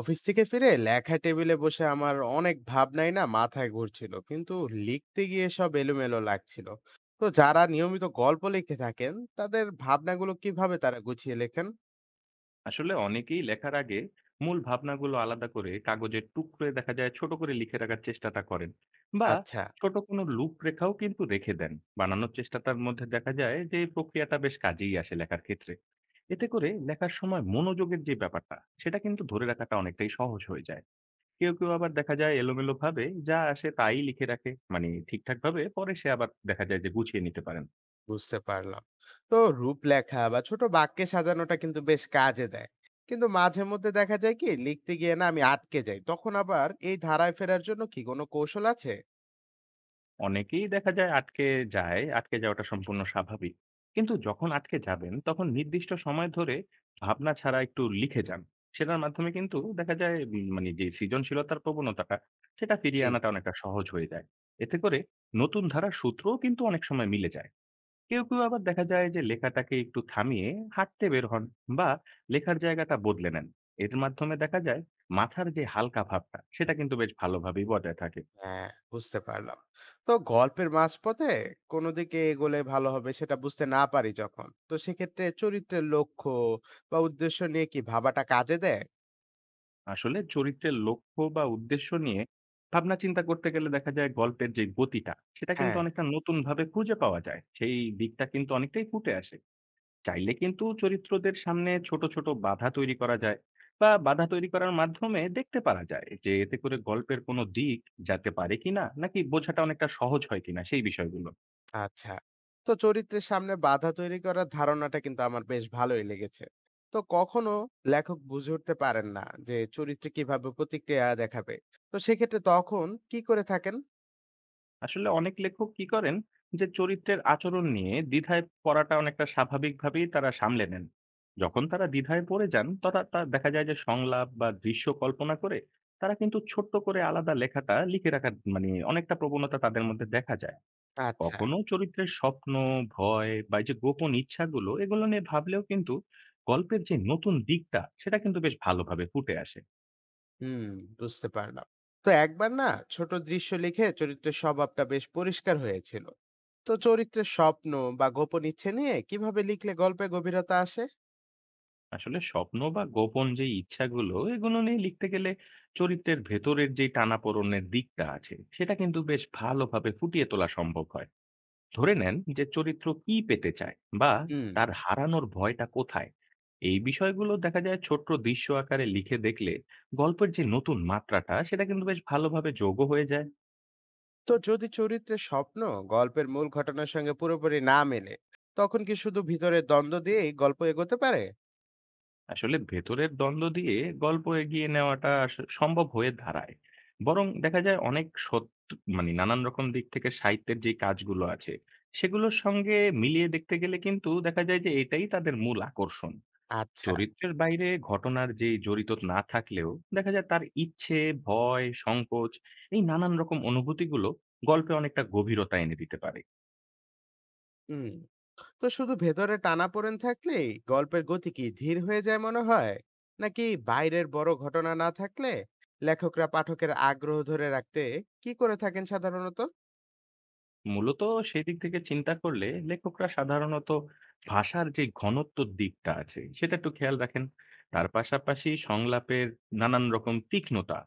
Office থেকে ফিরে লেখা টেবিলে বসে আমার অনেক ভাবনাই না মাথায় ঘুরছিল, কিন্তু লিখতে গিয়ে সব এলোমেলো লাগছিল। তো যারা নিয়মিত গল্প লিখে থাকেন, তাদের ভাবনাগুলো কিভাবে তারা গুছিয়ে লেখেন? আসলে অনেকেই লেখার আগে মূল ভাবনাগুলো আলাদা করে কাগজের টুকরোয় দেখা যায় ছোট করে লিখে রাখার চেষ্টাটা করেন বা আচ্ছা, ছোট কোনো রূপরেখাও কিন্তু রেখে দেন। বানানোর চেষ্টাটার মধ্যে দেখা যায় যে এই প্রক্রিয়াটা বেশ কাজেই আসে লেখার ক্ষেত্রে। এতে করে লেখার সময় মনোযোগের যে ব্যাপারটা সেটা কিন্তু ধরে রাখাটা অনেকটাই সহজ হয়ে যায়। কেউ কেউ আবার দেখা যায় এলোমেলো ভাবে যা আসে তাই লিখে রাখে, মানে ঠিকঠাক ভাবে পরে সে আবার দেখা যায় যে গুছিয়ে নিতে পারেন। বুঝতে পারলাম। তো রূপলেখা বা ছোট বাক্যে সাজানোটা কিন্তু বেশ কাজে দেয়। কিন্তু মাঝে মধ্যে দেখা যায় কি, লিখতে গিয়ে না আমি আটকে যাই, তখন আবার এই ধারায় ফেরার জন্য কি কোনো কৌশল আছে? অনেকেই দেখা যায় আটকে যায়। আটকে যাওয়াটা সম্পূর্ণ স্বাভাবিক। কিন্তু যখন আটকে যাবেন তখন নির্দিষ্ট সময় ধরে ভাবনা ছাড়া একটু লিখে যান। সেটার মাধ্যমে কিন্তু দেখা যায় মানে যে সৃজনশীলতার প্রবণতাটা সেটা জি। ফিরিয়ে আনাটা অনেকটা সহজ হয়ে যায়। এতে করে নতুন ধারার সূত্রও কিন্তু অনেক সময় মিলে যায়। কেউ কেউ আবার দেখা যায় যে লেখাটাকে একটু থামিয়ে হাঁটতে বের হন বা লেখার জায়গাটা বদলে নেন। এর মাধ্যমে দেখা যায় মাথার যে হালকা ভাবটা সেটা কিন্তু বেশ ভালোভাবেই বজায় থাকে। হ্যাঁ, বুঝতে পারলাম। তো গল্পের মাঝপথে কোন দিকে এগোলে ভালো হবে সেটা বুঝতে না পারি যখন, তো সেক্ষেত্রে চরিত্রের লক্ষ্য বা উদ্দেশ্য নিয়ে কি ভাবাটা কাজে দেয়? আসলে চরিত্রের লক্ষ্য বা উদ্দেশ্য নিয়ে ভাবনা চিন্তা করতে গেলে দেখা যায় গল্পের যে গতিটা সেটা কিন্তু হ্যাঁ। অনেকটা নতুন ভাবে খুঁজে পাওয়া যায়, সেই দিকটা কিন্তু অনেকটাই ফুটে আসে। চাইলে কিন্তু চরিত্রদের সামনে ছোট ছোট বাধা তৈরি করা যায় বা বাধা তৈরি করার মাধ্যমে দেখতে পারা যায় যে এতে করে গল্পের কোনো দিক যেতে পারে কিনা নাকি বোঝাটা অনেকটা সহজ হয় কিনা সেই বিষয়গুলো। আচ্ছা। তো চরিত্রের সামনে বাধা তৈরি করার ধারণাটা কিন্তু আমার বেশ ভালোই লেগেছে। তো কখনো লেখক বুঝে উঠতে পারেন না যে চরিত্রে কিভাবে প্রতিক্রিয়া দেখাবে। তো সেক্ষেত্রে তখন কি করে থাকেন? আসলে অনেক লেখক কি করেন যে চরিত্রের আচরণ নিয়ে দ্বিধায় পড়াটা অনেকটা স্বাভাবিকভাবেই তারা সামলে নেন। যখন তারা দ্বিধায় পড়ে যান তারা তা দেখা যায় যে সংলাপ বা দৃশ্য কল্পনা করে তারা কিন্তু ছোট্ট করে আলাদা লেখাটা লিখে রাখার মানে অনেকটা প্রবণতা তাদের মধ্যে দেখা যায়। আচ্ছা। কখনো চরিত্রের স্বপ্ন, ভয় বা এই যে গোপন ইচ্ছাগুলো এগুলো নিয়ে ভাবলেও কিন্তু গল্পের যে নতুন দিকটা সেটা কিন্তু বেশ ভালোভাবে ফুটে আসে। হুম, বুঝতে পারলাম। তো একবার না ছোট দৃশ্য লিখে চরিত্রের স্বভাবটা বেশ পরিষ্কার হয়েছিল। তো চরিত্রের স্বপ্ন বা গোপন ইচ্ছে নিয়ে কিভাবে লিখলে গল্পে গভীরতা আসে? আসলে স্বপ্ন বা গোপন যে ইচ্ছাগুলো এগুলো নিয়ে লিখতে গেলে চরিত্রের ভেতরের যে টানাপোড়েনের দিকটা আছে সেটা কিন্তু বেশ ভালোভাবে ফুটিয়ে তোলা সম্ভব হয়। ধরে নেন যে চরিত্র কি পেতে চায় বা হুম। তার হারানোর ভয়টা কোথায়, এই বিষয়গুলো দেখা যায় ছোট্ট দৃশ্য আকারে লিখে দেখলে গল্পের যে নতুন মাত্রাটা সেটা কিন্তু বেশ ভালোভাবে যোগও হয়ে যায়। তো যদি চরিত্রের স্বপ্ন গল্পের মূল ঘটনার সঙ্গে পুরোপুরি না মেলে, তখন কি শুধু ভিতরের দ্বন্দ্ব দিয়েই গল্প এগোতে পারে? আসলে ভেতরের দ্বন্দ্ব দিয়ে গল্প এগিয়ে নেওয়াটা সম্ভব হয়ে দাঁড়ায়। বরং দেখা যায় অনেক সত্য, মানে নানান রকম দিক থেকে সাহিত্যের যে কাজগুলো আছে সেগুলোর সঙ্গে মিলিয়ে দেখতে গেলে কিন্তু দেখা যায় যে এটাই তাদের মূল আকর্ষণ। আচ্ছা। চরিত্রের বাইরে ঘটনার যে জড়িত না থাকলেও দেখা যায় তার ইচ্ছে, ভয়, সংকোচ, এই নানান রকম অনুভূতিগুলো গল্পে অনেকটা গভীরতা এনে দিতে পারে। হুম। তো শুধু ভেতরে টানাপোড়েন থাকলেই গল্পের গতি কি ধীর হয়ে যায় মনে হয়, নাকি বাইরের বড় ঘটনা না থাকলে লেখকরা পাঠকের আগ্রহ ধরে রাখতে কি করে থাকেন সাধারণত? মূলত সেই দিক থেকে চিন্তা করলে লেখকরা সাধারণত ভাষার যে ঘনত্বর দিকটা আছে সেটা একটু খেয়াল রাখেন। তার পাশাপাশি সংলাপের নানান রকম তীক্ষ্ণতা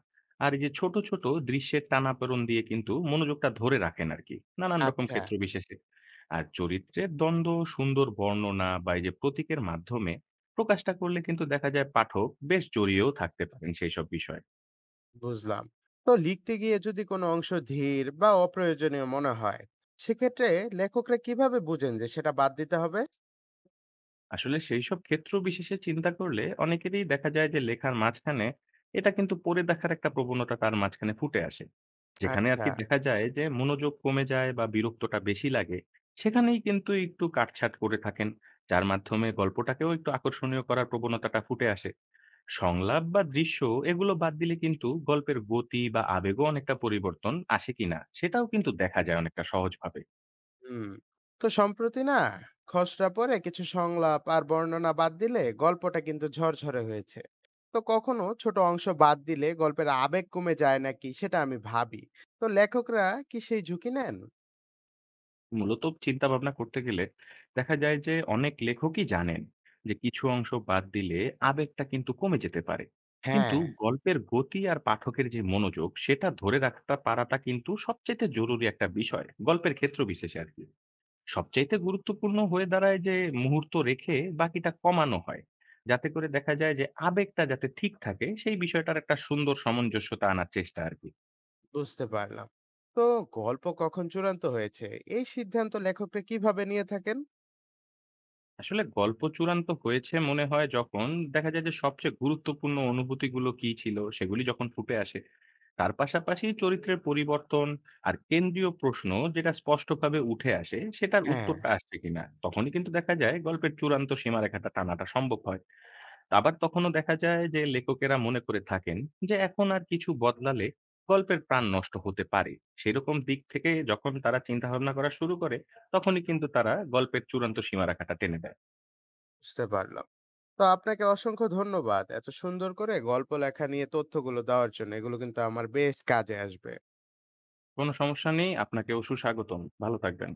আর এই যে ছোট ছোট দৃশ্যের টানাপোড়েন দিয়ে কিন্তু মনোযোগটা ধরে রাখেন আর কি নানান রকম আচ্ছা। ক্ষেত্র বিশেষে। আর চরিত্রের দ্বন্দ্ব, সুন্দর বর্ণনা বা এই যে প্রতীকের মাধ্যমে প্রকাশটা করলে কিন্তু দেখা যায় পাঠক বেশ জড়িয়েও থাকতে পারেন সেই সব বিষয়ে। বুঝলাম। তো লিখতে গিয়ে যদি কোনো অংশ ধীর বা অপ্রয়োজনীয় মনে হয়, সেক্ষেত্রে লেখকরা কিভাবে বুঝেন যে সেটা বাদ দিতে হবে? আসলে সেইসব ক্ষেত্র বিশেষে চিন্তা করলে অনেকেরই দেখা যায় যে লেখার মাঝখানে এটা কিন্তু পড়ে দেখার একটা প্রবণতা তার মাঝখানে ফুটে আসে, যেখানে আর আচ্ছা। কি দেখা যায় যে মনোযোগ কমে যায় বা বিরক্তটা বেশি লাগে। সেখানেই কিন্তু একটু কাটছাঁট করে থাকেন, যার মাধ্যমে গল্পটাকেও একটু আকর্ষণীয় করার প্রবণতাটা ফুটে আসে। সংলাপ বা দৃশ্য এগুলো বাদ দিলে কিন্তু গল্পের গতি বা আবেগও অনেকটা পরিবর্তন আসে কিনা সেটাও কিন্তু দেখা যায় অনেকটা সহজভাবে। হুম। তো সম্প্রতি না খসড়া পড়ে কিছু সংলাপ আর বর্ণনা বাদ দিলে গল্পটা কিন্তু ঝরঝরে হয়েছে। তো কখনো ছোট অংশ বাদ দিলে গল্পের আবেগ কমে যায় নাকি, সেটা আমি ভাবি। তো লেখকরা কি সেই ঝুঁকি নেন? মূলত চিন্তাভাবনা করতে গেলে দেখা যায় যে অনেক লেখকই জানেন যে কিছু অংশ বাদ দিলে আবেগটা কিন্তু কমে যেতে পারে। কিন্তু হ্যাঁ। গল্পের গতি আর পাঠকের যে মনোযোগ সেটা ধরে রাখতে পারাটা কিন্তু সবচাইতে জরুরি একটা বিষয় গল্পের ক্ষেত্র বিশেষে আর কি। সবচাইতে গুরুত্বপূর্ণ হয়ে দাঁড়ায় যে মুহূর্ত রেখে বাকিটা কমানো হয়, যাতে করে দেখা যায় যে আবেগটা যাতে ঠিক থাকে সেই বিষয়টার একটা সুন্দর সামঞ্জস্যতা আনার চেষ্টা আর কি। বুঝতে পারলাম। তো গল্প কখন চূড়ান্ত হয়েছে এই সিদ্ধান্ত লেখকরা কিভাবে নিয়ে থাকেন? আসলে গল্প চূড়ান্ত হয়েছে মনে হয় যখন দেখা যায় যে সবচেয়ে গুরুত্বপূর্ণ অনুভূতিগুলো কি ছিল সেগুলি যখন ফুটে আসে। তার পাশাপাশি চরিত্রের পরিবর্তন আর কেন্দ্রীয় প্রশ্ন যেটা স্পষ্টভাবে উঠে আসে সেটার হ্যাঁ। উত্তরটা আসছে কিনা তখনই কিন্তু দেখা যায় গল্পের চূড়ান্ত সীমারেখাটা টানাটা সম্ভব হয়। আবার তখনও দেখা যায় যে লেখকেরা মনে করে থাকেন যে এখন আর কিছু বদলালে গল্পের প্রাণ নষ্ট হতে পারে। সেরকম দিক থেকে যখন তারা চিন্তা ভাবনা করা শুরু করে তখনই কিন্তু তারা গল্পের চূড়ান্ত সীমারেখাটা টেনে দেয়। বুঝতে পারলাম। তো আপনাকে অসংখ্য ধন্যবাদ এত সুন্দর করে গল্প লেখা নিয়ে তথ্যগুলো দেওয়ার জন্য। এগুলো কিন্তু আমার বেশ কাজে আসবে। কোনো সমস্যা নেই। আপনাকেও সুস্বাগতম। ভালো থাকবেন।